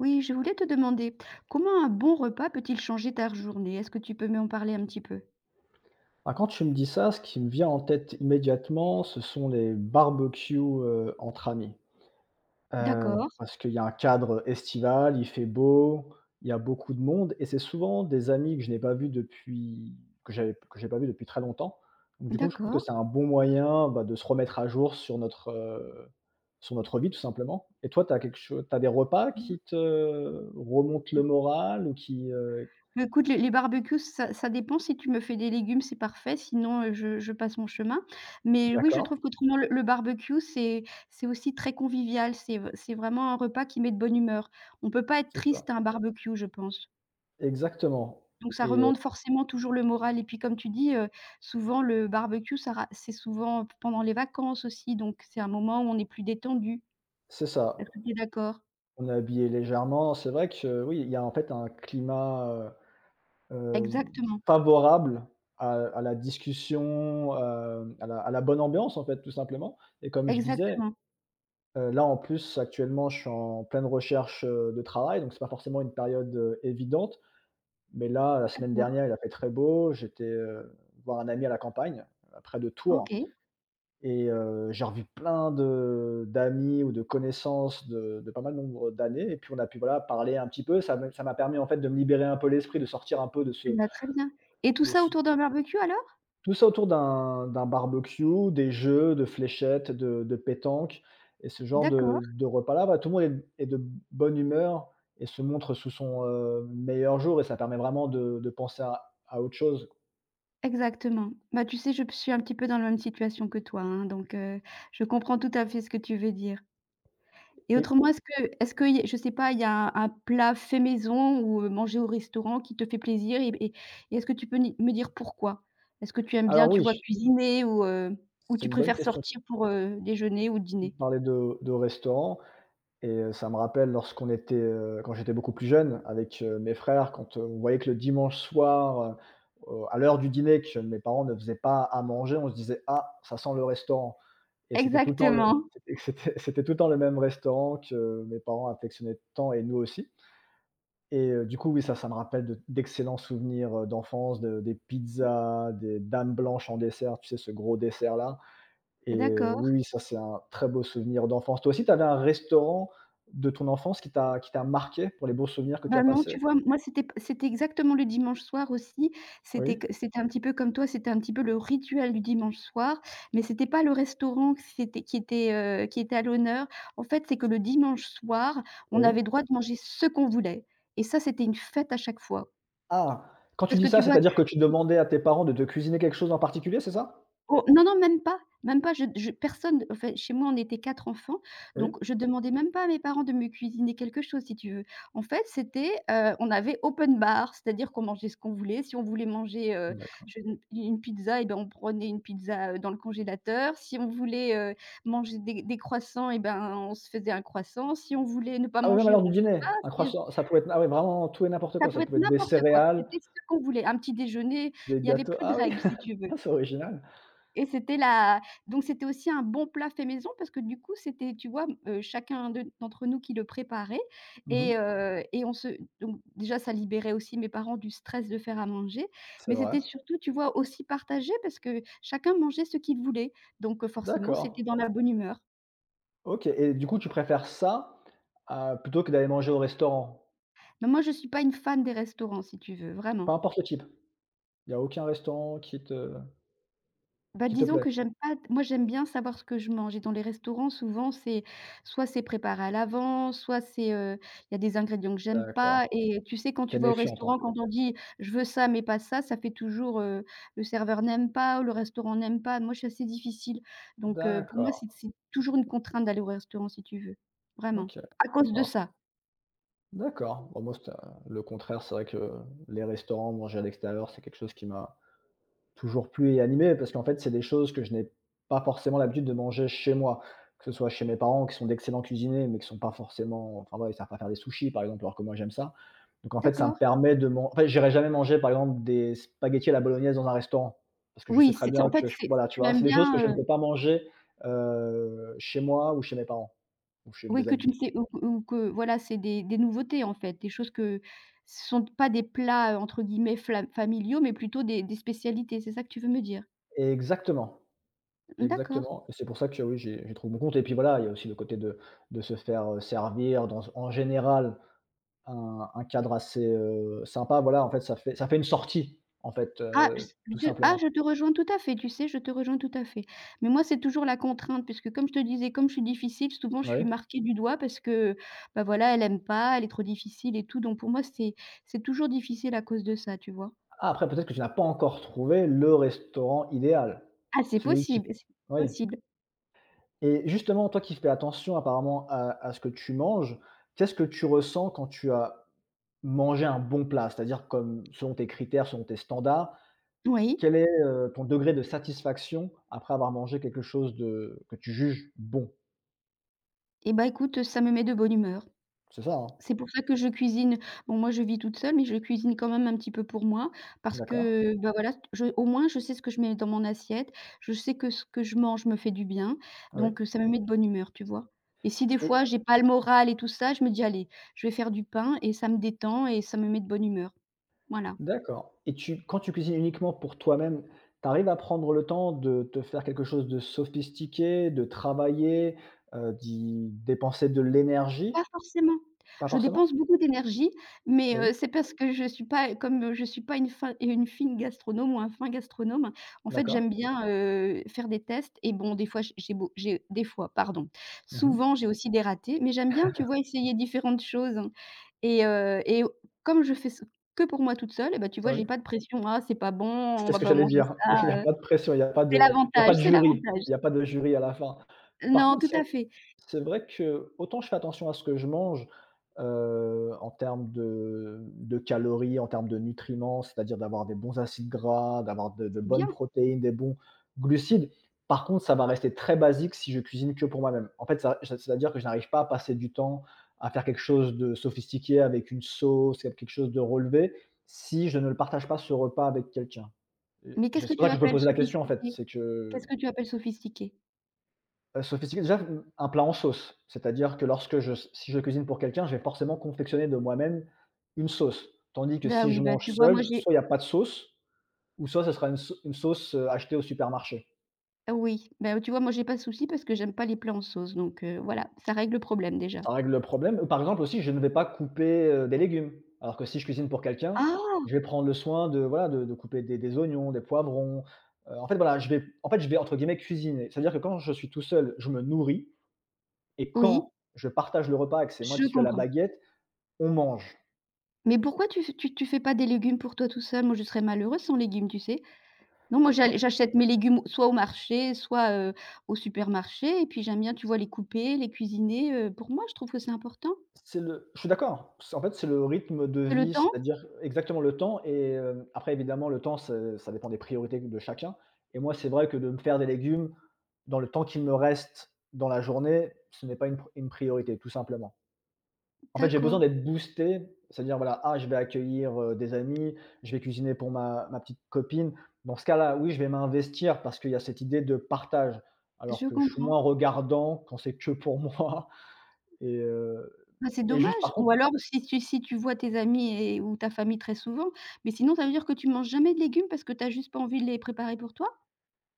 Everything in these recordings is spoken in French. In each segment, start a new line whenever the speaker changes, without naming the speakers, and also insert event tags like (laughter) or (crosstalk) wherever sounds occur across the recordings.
Oui, je voulais te demander, comment un bon repas peut-il changer ta journée? Est-ce que tu peux m'en parler un petit peu?
Ah, quand tu me dis ça, ce qui me vient en tête immédiatement, ce sont les barbecues, entre amis. Heu,
D'accord,
parce qu'il y a un cadre estival, il fait beau, il y a beaucoup de monde et c'est souvent des amis que je n'ai pas vus depuis que j'ai pas vu depuis très longtemps. Donc du coup, je trouve que
d'accord.
c'est un bon moyen, bah, de se remettre à jour sur notre sur notre vie tout simplement. Et toi, t'as quelque chose, t'as des repas
Mmh.
qui te remontent le moral ou qui?
Bah, écoute, les barbecues, ça dépend. Si tu me fais des légumes, c'est parfait, sinon, je passe mon chemin. Mais oui, je
D'accord,
trouve qu'autrement, le barbecue, c'est aussi très convivial. C'est vraiment un repas qui met de bonne humeur. On peut pas être
c'est ça.
triste à un barbecue, je pense.
Exactement
Donc ça
et
remonte forcément toujours le moral et puis comme tu dis, souvent le barbecue, ça ra c'est souvent pendant les vacances aussi, donc c'est un moment où on est plus détendu.
c'est ça.
Est-ce que tu es d'accord?
On est habillé légèrement. C'est vrai que oui, il y a en fait un climat, heu, heu,
Exactement,
favorable à la discussion, à la bonne ambiance en fait, tout simplement et comme je disais,
exactement.
là en plus actuellement je suis en pleine recherche, de travail, donc c'est pas forcément une période, évidente. Mais là, la semaine
D'accord,
dernière, il a fait très beau, j'étais voir un ami à la campagne, près de Tours.
OK,
Et j'ai revu plein de d'amis ou de connaissances de pas mal nombre d'années et puis on a pu, voilà, parler un petit peu. Ça m'a permis, en fait, de me libérer un peu l'esprit, de sortir un peu de
bah, très bien et tout ça
ce
autour d'un barbecue alors?
tout ça autour d'un barbecue, des jeux, de fléchettes, de pétanque et ce genre
D'accord,
de repas-là, bah, tout le monde est de bonne humeur et se montre sous son, meilleur jour et ça permet vraiment de penser à autre chose
exactement. Bah, tu sais, je p suis un petit peu dans la même situation que toi, hein, donc je comprends tout à fait ce que tu veux dire. Et
et
autrement, est-ce que il je sais pas, il y a un plat fait maison ou, mangé au restaurant qui te fait plaisir et et est-ce que tu peux ni me dire pourquoi? Est-ce que tu aimes bien,
alors
tu vois,
oui,
cuisiner ou
c'est
tu
une bonne
préfères
question.
sortir pour, déjeuner ou
Tu
dîner?
parlais de restaurant. Et ça me rappelle lorsqu'on était, quand j'étais beaucoup plus jeune avec, mes frères, quand, on voyait que le dimanche soir, à l'heure du dîner que mes parents ne faisaient pas à manger, on se disait: «Ah, ça sent le restaurant» et c'était tout le temps le
Exactement,
c'était c'était (laughs) c'était tout le temps le même restaurant que mes parents affectionnaient tant et nous aussi et du coup, oui, ça me rappelle de d'excellents souvenirs, d'enfance, de des pizzas, des dames blanches en dessert, tu sais, ce gros dessert-là. Et
d'accord.
oui, oui, ça, c'est un très beau souvenir d'enfance. Toi aussi, tu avais un restaurant de ton enfance qui t'a marqué pour les beaux souvenirs que tu
Bah,
as
non,
passés?
tu vois, moi, c'était exactement le dimanche soir aussi.
Oui,
C'était un petit peu comme toi, c'était un petit peu le rituel du dimanche soir, mais c'était pas le restaurant que c'était qui était à l'honneur. En fait, c'est que le dimanche soir, on
oui.
avait droit de manger ce qu'on voulait et ça, c'était une fête à chaque fois.
Ah! Quand tu
Parce
dis
que
ça,
tu vois.
c'est-à-dire que tu demandais à tes parents de te cuisiner quelque chose en particulier, c'est ça?
Oh non, non, même pas, je personne enfin, chez moi, on était 4 enfants,
Oui,
donc je demandais même pas à mes parents de me cuisiner quelque chose, si tu veux. En fait, c'était, on avait open bar, c'est-à-dire qu'on mangeait ce qu'on voulait. Si on voulait manger,
d'accord.
je ne une pizza et ben, on prenait une pizza, dans le congélateur. Si on voulait, manger des croissants et ben, on se faisait un croissant. Si on voulait ne pas
Ah oui, même à
manger,
l'heure
on
du
mangeait pas.
dîner? Un
Si
croissant, ça pouvait être ah oui, vraiment tout et n'importe
ça
quoi. Ça
pouvait être
pouvait être des
n'importe quoi,
céréales,
c'était ce qu'on voulait. Un petit déjeuner,
des
il y avait
gâteaux
plus de
ah oui,
règles, si tu veux.
(laughs) c'est original.
Et c'était la Donc c'était aussi un bon plat fait maison parce que du coup, c'était, tu vois, chacun de d'entre nous qui le préparait
Mmh.
et on se donc déjà, ça libérait aussi mes parents du stress de faire à manger,
C'est
mais
vrai.
c'était surtout, tu vois, aussi partagé parce que chacun mangeait ce qu'il voulait, donc forcément,
D'accord.
c'était dans la bonne humeur.
OK et du coup, tu préfères ça, à plutôt que d'aller manger au restaurant?
Mais moi, je suis pas une fan des restaurants, si tu veux,
Peu
vraiment.
importe le type? Il y a aucun restaurant qui te
Bah,
qui te
disons
plaît?
que j'aime pas j'aime bien savoir ce que je mange et dans les restaurants, souvent, c'est soit c'est préparé à l'avance, soit c'est, il y a des ingrédients que j'aime
D'accord.
pas et tu sais, quand
Tu es
tu vas au
méfiante en
restaurant,
fait.
quand on dit: «Je veux ça, mais pas ça», ça fait toujours, le serveur n'aime pas ou le restaurant n'aime pas. Moi, je suis assez difficile donc pour moi,
D'accord,
c'est toujours une contrainte d'aller au restaurant, si tu veux, vraiment,
OK.
à cause de
Bon,
ça.
d'accord. Bon moi, c'était, le contraire, c'est vrai que les restaurants, manger à l'extérieur, c'est quelque chose qui m'a toujours plus animé parce qu'en fait, c'est des choses que je n'ai pas forcément l'habitude de manger chez moi. Que ce soit chez mes parents qui sont d'excellents cuisiniers, mais qui sont pas forcément enfin, voilà, ils savent pas faire des sushis, par exemple, alors que moi j'aime ça. Donc en fait, ça me
D'accord.
permet de manger. En fait, j'irai jamais manger, par exemple, des spaghettis à la bolognaise dans un restaurant parce que je sais
Oui,
très
c'est
bien
en fait,
que je
c'est
voilà, tu
Tu
vois?
aimes
C'est des choses que
bien,
je ne peux pas manger, chez moi ou chez mes parents ou chez
oui,
des
que
amis.
tu ne sais ou que voilà, c'est des nouveautés, en fait, des choses que ce sont pas des plats, entre guillemets «fla familiaux», mais plutôt des spécialités, c'est ça que tu veux me dire?
Exactement,
D'accord.
exactement et c'est pour ça que oui, j'ai trouvé mon compte et puis voilà, il y a aussi le côté de se faire, servir dans en général un cadre assez, sympa, voilà, en fait, ça fait une sortie, en fait,
Ah s
tout
de ah
simplement.
Je te rejoins tout à fait, tu sais? Je te rejoins tout à fait. Mais moi, c'est toujours la contrainte puisque comme je te disais, comme je suis difficile, souvent je
Oui.
suis marquée du doigt parce que, bah, voilà, elle aime pas, elle est trop difficile et tout donc pour moi, c'est toujours difficile à cause de ça, tu vois?
Ah, après peut-être que tu n'as pas encore trouvé le restaurant idéal.
Ah c'est
Celui qui
possible, c'est
oui
possible.
et justement, toi qui fais attention apparemment à ce que tu manges, qu'est-ce que tu ressens quand tu as mangé un bon plat? C'est-à-dire comme selon tes critères, selon tes standards,
Oui.
quel est, ton degré de satisfaction après avoir mangé quelque chose de que tu juges bon?
Et ben écoute, ça me met de bonne humeur.
C'est ça, hein?
C'est pour ça que je cuisine. Bon, moi, je vis toute seule, mais je cuisine quand même un petit peu pour moi parce
D'accord,
que, bah, voilà, je au moins, je sais ce que je mets dans mon assiette. Je sais que ce que je mange me fait du bien,
oui
donc ça me met de bonne humeur, tu vois? Et si des
et
fois, j'ai pas le moral et tout ça, je me dis: «Allez, je vais faire du pain» et ça me détend et ça me met de bonne humeur. Voilà.
d'accord et tu quand tu cuisines uniquement pour toi-même, tu arrives à prendre le temps de te faire quelque chose de sophistiqué, de travailler, d'y dépenser de l'énergie?
Pas forcément.
Pas
Je
forcément?
dépense beaucoup d'énergie, mais
Oui,
c'est parce que je suis pas une fine gastronome ou un fin gastronome, en fait,
d'accord.
j'aime bien, faire des tests et bon, des fois, j j'ai beau j'ai des fois, pardon.
Mmh.
Souvent, j'ai aussi des ratés, mais j'aime bien, tu vois, essayer différentes choses et au comme je fais ce que pour moi toute seule et bah, tu vois, j'ai
Oui,
pas de pression: «Ah, c'est pas bon, on
c'était ce
va
que
pas
j'allais
manger
dire. (laughs) Il y a
ça».
pas de pression, il y a pas
C'est
de il y a pas
l'avantage,
de
c'est
jury,
l'avantage.
il y a pas de jury à la fin. Par
Non,
contre
tout
ce
à fait.
c'est vrai que, autant je fais attention à ce que je mange, en termes de calories, en termes de nutriments, c'est-à-dire d'avoir des bons acides gras, d'avoir de
C'est bien,
bonnes protéines, des bons glucides. Par contre, ça va rester très basique si je cuisine que pour moi-même. En fait, ça c'est-à-dire que je n'arrive pas à passer du temps à faire quelque chose de sophistiqué avec une sauce, quelque chose de relevé, si je ne le partage pas ce repas avec quelqu'un. Et
mais
je
qu'est-ce que
c'est pour
tu
ça que je me
appelles
poser la question, en fait,
sophistiqué?
c'est
Qu'est-ce
que
que tu appelles sophistiqué?
heu, sophistiqué, déjà, mmh, un plat en sauce. C'est-à-dire que lorsque je si je cuisine pour quelqu'un, je vais forcément confectionner de moi-même une sauce. Tandis que
Ah
si je
oui, bah,
mange
tu vois, moi,
seul,
j'ai
soit il y a pas de sauce ou soit ce sera une sauce, achetée au supermarché.
ah oui, bah, tu vois, moi, j'ai pas de souci parce que j'aime pas les plats en sauce donc voilà, ça règle le problème déjà.
Ça règle le problème. Ou par exemple aussi, je ne vais pas couper, des légumes. Alors que si je cuisine pour quelqu'un,
Ah!
je vais prendre le soin de, voilà, de couper des oignons, des poivrons, en fait, voilà, je vais en fait, je vais entre guillemets «cuisiner». C'est-à-dire que quand je suis tout seul, je me nourris et quand
Oui,
je partage le repas et que c'est moi
je
qui suis à la
comprends.
baguette, on mange.
Mais pourquoi tu fais pas des légumes pour toi tout seul? Moi, je serais malheureuse sans légumes, tu sais? Non, moi, j'achète mes légumes soit au marché, soit, au supermarché et puis j'aime bien, tu vois, les couper, les cuisiner, pour moi, je trouve que c'est important.
C'est le je suis d'accord. C'est en fait, c'est le rythme de
Tu as le
vie,
temps?
c'est-à-dire exactement le temps et après évidemment le temps c'est ça dépend des priorités de chacun et moi c'est vrai que de me faire des légumes, dans le temps qu'il me reste dans la journée, ce n'est pas une pr une priorité tout simplement. En fait, j'ai besoin
D'accord,
d'être boosté, c'est-à-dire voilà: «Ah je vais accueillir, des amis, je vais cuisiner pour ma petite copine». Dans ce cas-là, oui, je vais m'investir parce qu'il y a cette idée de partage, alors
je
que je suis
comprends.
moins regardant quand c'est que pour moi (laughs) et heu
Bah, c'est
et juste
dommage
par contre
ou alors si tu vois tes amis et ou ta famille très souvent, mais sinon ça veut dire que tu manges jamais de légumes parce que tu as juste pas envie de les préparer pour toi?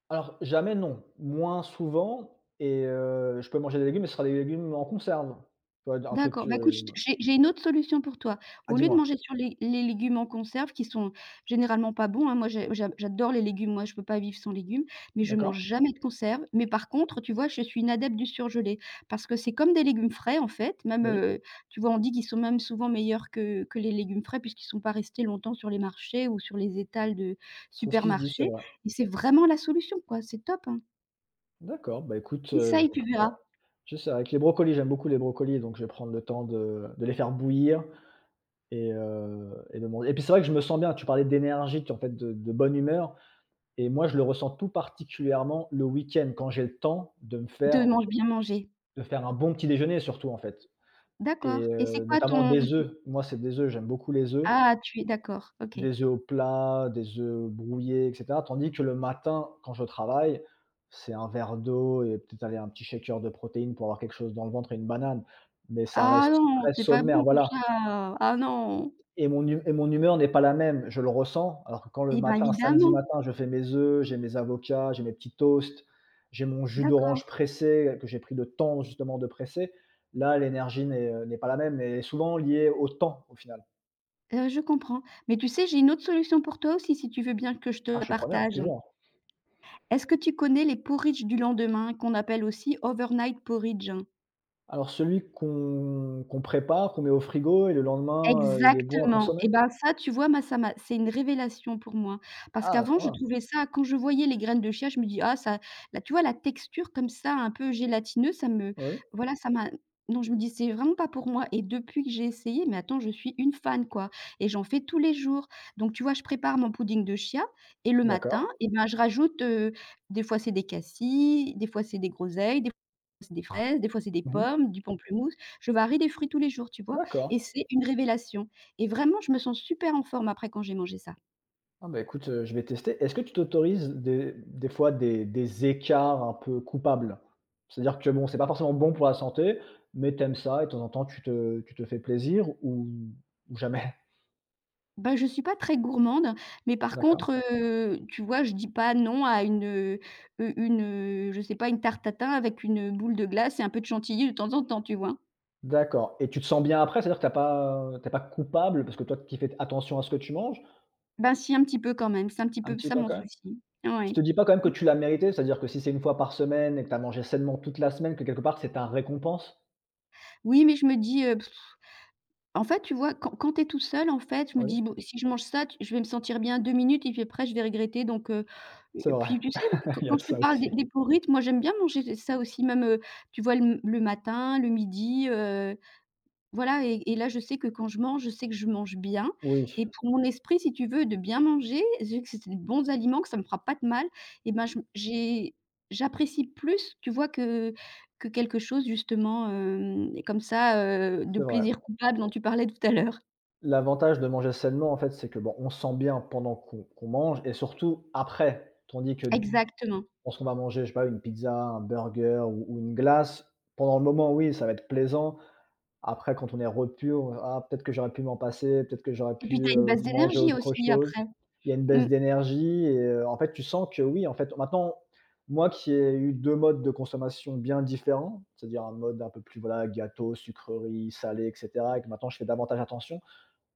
alors jamais non, moins souvent et je peux manger des légumes, mais ce sera des légumes en conserve. Tu vois? Un truc,
D'accord, bah, écoute, je t j'ai une autre solution pour toi.
ah
Au lieu de
dis-moi?
manger sur les légumes en conserve qui sont généralement pas bons, hein, moi j'ai j'a j'adore les légumes, moi je peux pas vivre sans légumes, mais je
D'accord,
mange jamais de conserve. Mais par contre, tu vois, je suis une adepte du surgelé parce que c'est comme des légumes frais, en fait, même,
oui,
tu vois, on dit qu'ils sont même souvent meilleurs que les légumes frais puisqu'ils sont pas restés longtemps sur les marchés ou sur les étals de
c'est ce qui se dit, c'est
supermarchés
vrai.
et c'est vraiment la solution, quoi, c'est top, hein.
D'accord, bah écoute, je
Essaye, tu
prends
verras,
tu sais, avec les brocolis, j'aime beaucoup les brocolis, donc je vais prendre le temps de les faire bouillir et de manger et puis c'est vrai que je me sens bien, tu parlais d'énergie, tu en fait de bonne humeur et moi je le ressens tout particulièrement le week-end, quand j'ai le temps
de mange bien manger.
de faire un bon petit déjeuner surtout, en fait.
D'accord
Et
et c'est quoi
notamment
ton.
des œufs. Moi, c'est des œufs, j'aime beaucoup les œufs,
Ah, tu es d'accord, OK.
des œufs au plat, des œufs brouillés et cetera. Tandis que le matin, quand je travaille, c'est un verre d'eau et peut-être aller un petit shaker de protéines pour avoir quelque chose dans le ventre et une banane. Mais ça
Ah
reste
non,
très
c'est pas
sommaire,
bon tout
voilà.
ça. Ah non.
Et mon humeur n'est pas la même, je le ressens. Alors que quand le
Eh ben,
matin, samedi
évidemment.
matin, je fais mes œufs, j'ai mes avocats, j'ai mes petits toasts, j'ai mon jus d'orange
D'accord,
pressé que j'ai pris le temps justement de presser, là, l'énergie n'est pas la même, mais elle est souvent liée au temps, au final.
je comprends. Mais tu sais, j'ai une autre solution pour toi aussi, si tu veux bien que je te
Ah, je
la
suis preneur,
partage.
toujours.
Est-ce que tu connais les porridges du lendemain qu'on appelle aussi overnight porridge?
Alors celui qu'on prépare, qu'on met au frigo et le lendemain, il est bon à
Exactement
consommer?
et ben, ça, tu vois, moi, ça m'a c'est une révélation pour moi. Parce
Ah, à ce
qu'avant, je
point-là.
trouvais ça quand je voyais les graines de chia, je me dis: «Ah ça» là, tu vois, la texture comme ça, un peu gélatineux, ça me
Oui,
voilà, ça m'a non, je me dis: «C'est vraiment pas pour moi» et depuis que j'ai essayé, mais attends, je suis une fan, quoi et j'en fais tous les jours. Donc tu vois, je prépare mon pudding de chia et le matin
d'accord.
et ben, je rajoute, des fois, c'est des cassis, des fois, c'est des groseilles, des fois, c'est des fraises, des fois, c'est des
Mmh mh.
pommes, du pamplemousse. Je varie des fruits tous les jours, tu vois?
D'accord.
Et c'est une révélation et vraiment je me sens super en forme après quand j'ai mangé ça.
Ah bah, écoute, je vais tester. Est-ce que tu t'autorises des fois des écarts un peu coupables? C'est-à-dire que bon, c'est pas forcément bon pour la santé, mais tu aimes ça et de temps en temps tu te fais plaisir ou jamais?
Bah, je suis pas très gourmande, mais par
D'accord.
contre, tu vois, je dis pas non à une, je sais pas, une tarte tatin avec une, boule de glace et un peu de chantilly de temps en temps, tu vois?
D'accord et tu te sens bien après? C'est-à-dire que tu as pas, tu es pas coupable parce que toi qui fais attention à ce que tu manges,
Ben si, un petit peu quand même, c'est un petit
un
peu
petit
ça
peu
mon
quand même?
souci.
Tu
Ouais.
te dis pas quand même que
Mmh.
tu l'as mérité? C'est-à-dire que si c'est une fois par semaine et que tu as mangé sainement toute la semaine, que quelque part c'est ta récompense?
Oui, mais je me dis, en fait, tu vois, quand tu es tout seul, en fait, je me
Oui,
dis: «Bon, si je mange ça, tu je vais me sentir bien 2 minutes et puis après je vais regretter», donc et
c'est vrai.
puis tu sais,
(laughs) Il y a
quand
de
je
ça
te parle
aussi.
des porridges, moi j'aime bien manger ça aussi, même, tu vois, le matin, le midi, voilà et là, je sais que quand je mange, je sais que je mange bien
Oui,
et pour mon esprit, si tu veux, de bien manger, vu que c'est des bons aliments, que ça me fera pas de mal et ben, je j'ai j'apprécie plus, tu vois, que quelque chose justement, comme ça, de
c'est vrai.
plaisir coupable dont tu parlais tout à l'heure.
L'avantage de manger sainement, en fait, c'est que, bon, on se sent bien pendant qu'on mange et surtout après. Tandis que
Exactement
lorsqu'on va manger, je sais pas, une pizza, un burger ou une glace, pendant le moment, oui, ça va être plaisant. Après quand on est repu, on ah peut-être que j'aurais pu m'en passer, peut-être que j'aurais
et puis,
pu,
tu as une base
manger
d'énergie
autre
aussi
chose.
après.
Il y a une baisse
Mmh,
d'énergie et en fait, tu sens que oui, en fait, maintenant, moi qui ai eu 2 modes de consommation bien différents, c'est-à-dire un mode un peu plus, voilà, gâteau, sucreries, salé et cetera et que maintenant je fais davantage attention,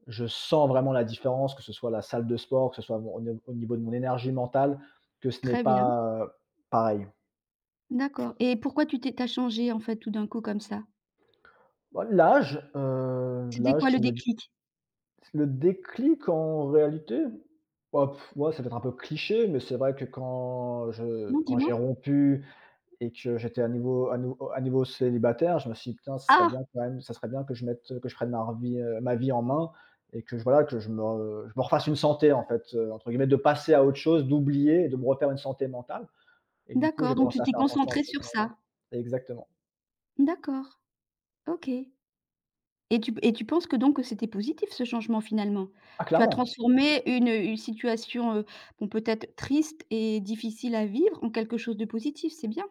je sens vraiment la différence, que ce soit la salle de sport, que ce soit mon au niveau de mon énergie mentale, que ce n'est
très bien,
pas, pareil.
d'accord et pourquoi tu as changé, en fait, tout d'un coup comme ça?
Bah l'âge,
C'était
l'âge
quoi le
qui me…
déclic?
Le déclic, en réalité? Bah, pff, ouais, c'est peut-être un peu cliché, mais c'est vrai que quand je
Non,
quand
dis-moi?
j'ai rompu et que j'étais à nouveau à nouveau célibataire, je me suis dit: «Putain, ce serait
Ah!
bien quand même ça serait bien que je mette, que je prenne ma revie, ma vie en main et que je voilà, que je me refasse une santé en fait», entre guillemets, de passer à autre chose, d'oublier et de me refaire une santé mentale et du coup, j'ai
D'accord, donc
commencé
tu
à
t'es
faire attention à ce
concentrée
que je
sur
mangeais.
ça.
Exactement.
D'accord. OK et tu penses que donc que c'était positif ce changement finalement?
Ah
Tu as
clairement!
transformé une situation, bon peut-être triste et difficile à vivre en quelque chose de positif, c'est bien.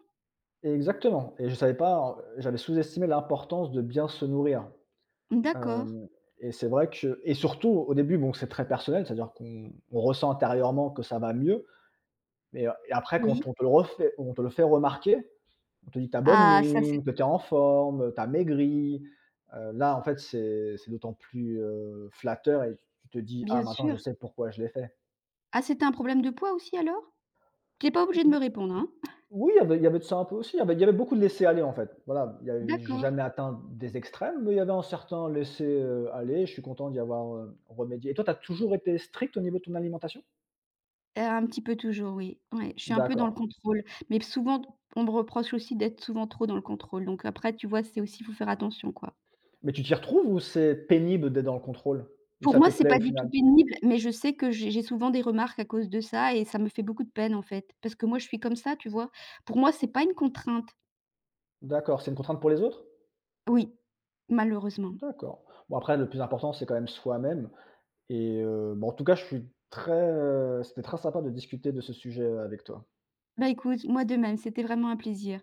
Exactement et je savais pas, j'avais sous-estimé l'importance de bien se nourrir.
D'accord,
Hem et c'est vrai que et surtout au début, bon, c'est très personnel, c'est-à-dire qu'on on ressent intérieurement que ça va mieux, mais et après quand
oui.
on te le refait on te le fait remarquer, on te dit: t'as bonne
Ah ça c'est
mine, que t'es en forme, t'as maigri». Là, en fait, c'est d'autant plus, flatteur et tu te dis: «Ah
bien
maintenant
sûr.
je sais pourquoi je l'ai fait».
Ah c'était un problème de poids aussi alors? Tu es pas obligé de me répondre, hein.
Oui, il y avait de ça un peu aussi, il y avait beaucoup de laisser aller en fait. Voilà, il y avait j'ai
D'accord,
jamais atteint des extrêmes, mais il y avait un certain laisser aller. Je suis content d'y avoir, remédié. Et toi, tu as toujours été strict au niveau de ton alimentation?
un petit peu toujours oui, ouais, je suis un peu dans
D'accord.
le contrôle, mais souvent on me reproche aussi d'être souvent trop dans le contrôle, donc après tu vois, c'est aussi il faut faire attention quoi.
Mais tu t'y retrouves ou c'est pénible d'être dans le contrôle? Ou
Pour
ça te
moi, c'est
plaît au
pas du tout
final?
pénible, mais je sais que j'ai souvent des remarques à cause de ça et ça me fait beaucoup de peine, en fait. Parce que moi, je suis comme ça, tu vois? Pour moi, c'est pas une contrainte.
D'accord, c'est une contrainte pour les autres?
Oui, malheureusement.
D'accord. Bon après le plus important c'est quand même soi-même et bah, en tout cas je suis très, c'était très sympa de discuter de ce sujet, avec toi.
Bah, écoute, moi de même, c'était vraiment un plaisir.